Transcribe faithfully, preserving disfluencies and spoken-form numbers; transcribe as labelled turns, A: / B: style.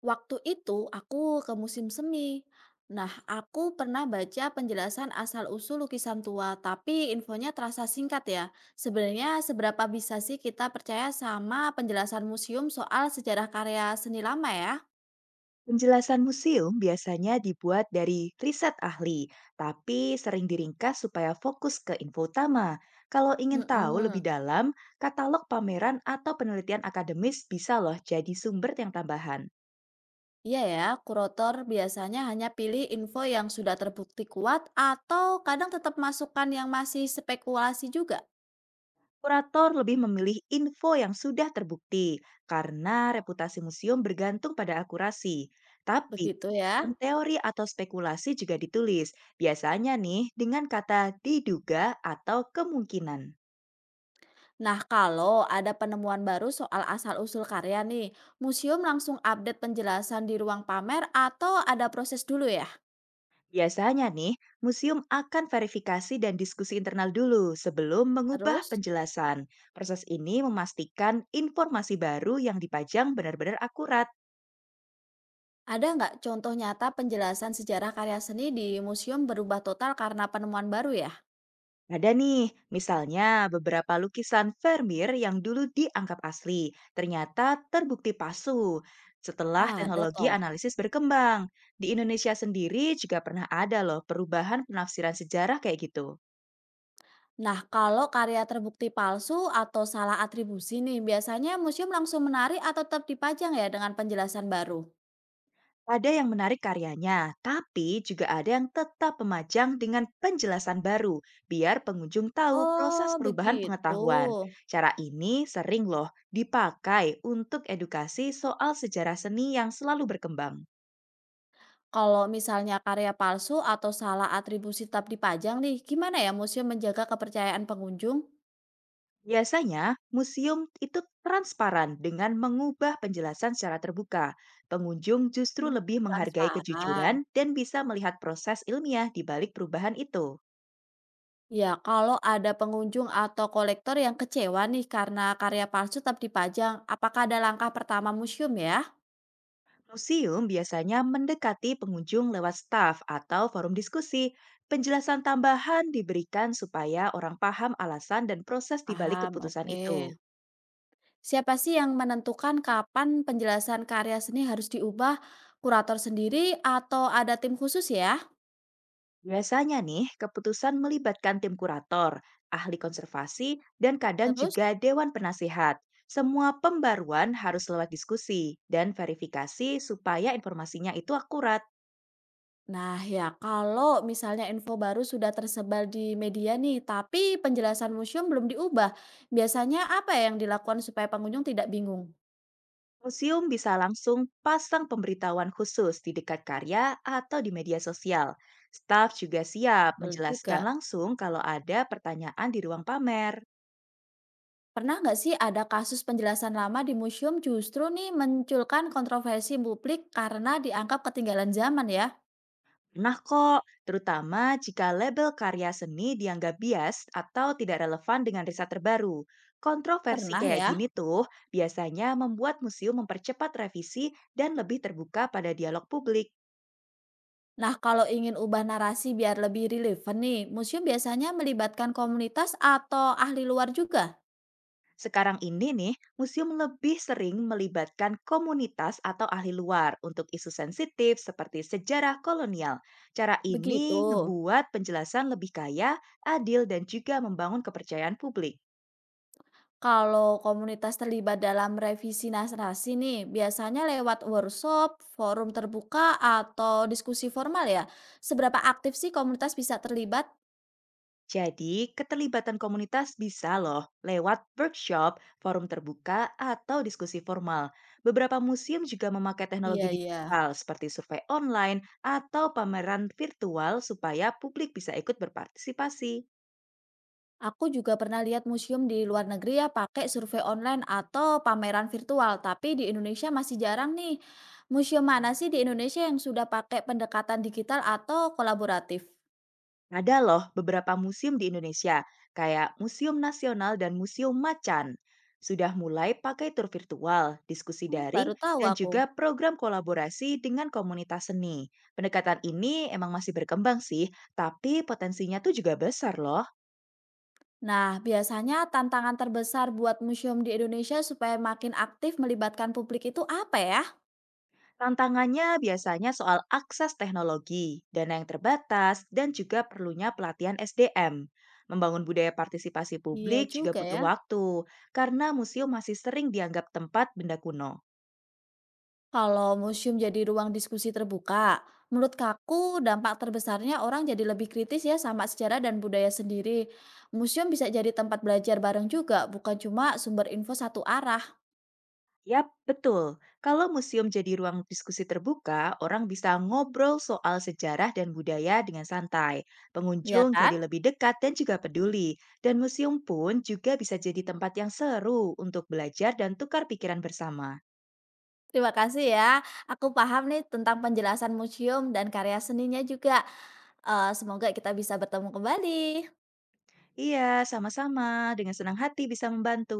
A: Waktu itu aku ke musim semi. Nah, aku pernah baca penjelasan asal-usul lukisan tua, tapi infonya terasa singkat ya. Sebenarnya seberapa bisa sih kita percaya sama penjelasan museum soal sejarah karya seni lama ya?
B: Penjelasan museum biasanya dibuat dari riset ahli, tapi sering diringkas supaya fokus ke info utama. Kalau ingin tahu lebih
A: Mm-mm.
B: dalam, katalog pameran atau penelitian akademis bisa loh jadi sumber yang tambahan.
A: Iya ya, kurator biasanya hanya pilih info yang sudah terbukti kuat atau kadang tetap masukan yang masih spekulasi juga.
B: Kurator lebih memilih info yang sudah terbukti karena reputasi museum bergantung pada akurasi. Tapi
A: Begitu ya.
B: kadang teori atau spekulasi juga ditulis, biasanya nih dengan kata diduga atau kemungkinan.
A: Nah, kalau ada penemuan baru soal asal-usul karya nih, museum langsung update penjelasan di ruang pamer atau ada proses dulu ya?
B: Biasanya nih, museum akan verifikasi dan diskusi internal dulu sebelum mengubah
A: Terus,
B: penjelasan. Proses ini memastikan informasi baru yang dipajang benar-benar akurat.
A: ada nggak contoh nyata penjelasan sejarah karya seni di museum berubah total karena penemuan baru ya?
B: Ada nih, misalnya beberapa lukisan Vermeer yang dulu dianggap asli, ternyata terbukti palsu. Setelah
A: Ada
B: teknologi
A: toh.
B: analisis berkembang, di Indonesia sendiri juga pernah ada loh perubahan penafsiran sejarah kayak gitu.
A: Nah, kalau karya terbukti palsu atau salah atribusi nih, biasanya museum langsung menarik atau tetap dipajang ya dengan penjelasan baru?
B: Ada yang menarik karyanya, tapi juga ada yang tetap memajang dengan penjelasan baru, biar pengunjung tahu proses
A: Oh,
B: perubahan
A: begitu.
B: pengetahuan. Cara ini sering loh dipakai untuk edukasi soal sejarah seni yang selalu berkembang.
A: Kalau misalnya karya palsu atau salah atribusi tetap dipajang nih, gimana ya museum menjaga kepercayaan pengunjung?
B: Biasanya, museum itu transparan dengan mengubah penjelasan secara terbuka. Pengunjung justru
A: Hmm.
B: lebih menghargai kejujuran
A: Transparan.
B: dan bisa melihat proses ilmiah di balik perubahan itu.
A: Ya, kalau ada pengunjung atau kolektor yang kecewa nih karena karya palsu tetap dipajang, apakah ada langkah pertama museum ya?
B: Museum biasanya mendekati pengunjung lewat staf atau forum diskusi. Penjelasan tambahan diberikan supaya orang paham alasan dan proses di balik
A: Paham,
B: keputusan
A: oke.
B: itu.
A: Siapa sih yang menentukan kapan penjelasan karya seni harus diubah? Kurator sendiri atau ada tim khusus ya?
B: Biasanya nih, keputusan melibatkan tim kurator, ahli konservasi, dan kadang
A: Terus?
B: juga dewan penasihat. Semua pembaruan harus lewat diskusi dan verifikasi supaya informasinya itu akurat.
A: Nah ya, kalau misalnya info baru sudah tersebar di media nih, tapi penjelasan museum belum diubah, biasanya apa ya yang dilakukan supaya pengunjung tidak bingung?
B: Museum bisa langsung pasang pemberitahuan khusus di dekat karya atau di media sosial. Staf juga siap
A: Betul
B: menjelaskan
A: juga.
B: langsung kalau ada pertanyaan di ruang pamer.
A: Pernah nggak sih ada kasus penjelasan lama di museum justru nih menculkan kontroversi publik karena dianggap ketinggalan zaman ya?
B: Nah kok, terutama jika label karya seni dianggap bias atau tidak relevan dengan riset terbaru. Kontroversi
A: Pernah
B: kayak
A: ya?
B: gini tuh biasanya membuat museum mempercepat revisi dan lebih terbuka pada dialog publik.
A: Nah, kalau ingin ubah narasi biar lebih relevan nih, museum biasanya melibatkan komunitas atau ahli luar juga?
B: Sekarang ini nih, museum lebih sering melibatkan komunitas atau ahli luar untuk isu sensitif seperti sejarah kolonial. Cara ini
A: Begitu.
B: ngebuat penjelasan lebih kaya, adil, dan juga membangun kepercayaan publik.
A: Kalau komunitas terlibat dalam revisi naskah nih, biasanya lewat workshop, forum terbuka, atau diskusi formal ya. Seberapa aktif sih komunitas bisa terlibat?
B: Jadi, keterlibatan komunitas bisa loh lewat workshop, forum terbuka, atau diskusi formal. Beberapa museum juga memakai teknologi
A: Iya, iya.
B: digital seperti survei online atau pameran virtual supaya publik bisa ikut berpartisipasi.
A: Aku juga pernah lihat museum di luar negeri ya pakai survei online atau pameran virtual, tapi di Indonesia masih jarang nih. Museum mana sih di Indonesia yang sudah pakai pendekatan digital atau kolaboratif?
B: Ada loh beberapa museum di Indonesia, kayak Museum Nasional dan Museum Macan. Sudah mulai pakai tur virtual, diskusi
A: Hmm,
B: daring,
A: baru tahu
B: dan
A: aku.
B: juga program kolaborasi dengan komunitas seni. Pendekatan ini emang masih berkembang sih, tapi potensinya tuh juga besar loh.
A: Nah, biasanya tantangan terbesar buat museum di Indonesia supaya makin aktif melibatkan publik itu apa ya?
B: Tantangannya biasanya soal akses teknologi, dana yang terbatas, dan juga perlunya pelatihan S D M. Membangun budaya partisipasi
A: Iya
B: publik juga
A: juga ya.
B: butuh waktu, karena museum masih sering dianggap tempat benda kuno.
A: Kalau museum jadi ruang diskusi terbuka, menurut Kaku dampak terbesarnya orang jadi lebih kritis ya sama sejarah dan budaya sendiri. Museum bisa jadi tempat belajar bareng juga, bukan cuma sumber info satu arah,
B: Yap, betul. Kalau museum jadi ruang diskusi terbuka, orang bisa ngobrol soal sejarah dan budaya dengan santai.
A: ya
B: Pengunjung
A: kan?
B: jadi lebih dekat dan juga peduli. Dan museum pun juga bisa jadi tempat yang seru untuk belajar dan tukar pikiran bersama.
A: Terima kasih ya. Aku paham nih tentang penjelasan museum dan karya seninya juga. Eh, semoga kita bisa bertemu kembali.
B: Iya, sama-sama. Dengan senang hati bisa membantu.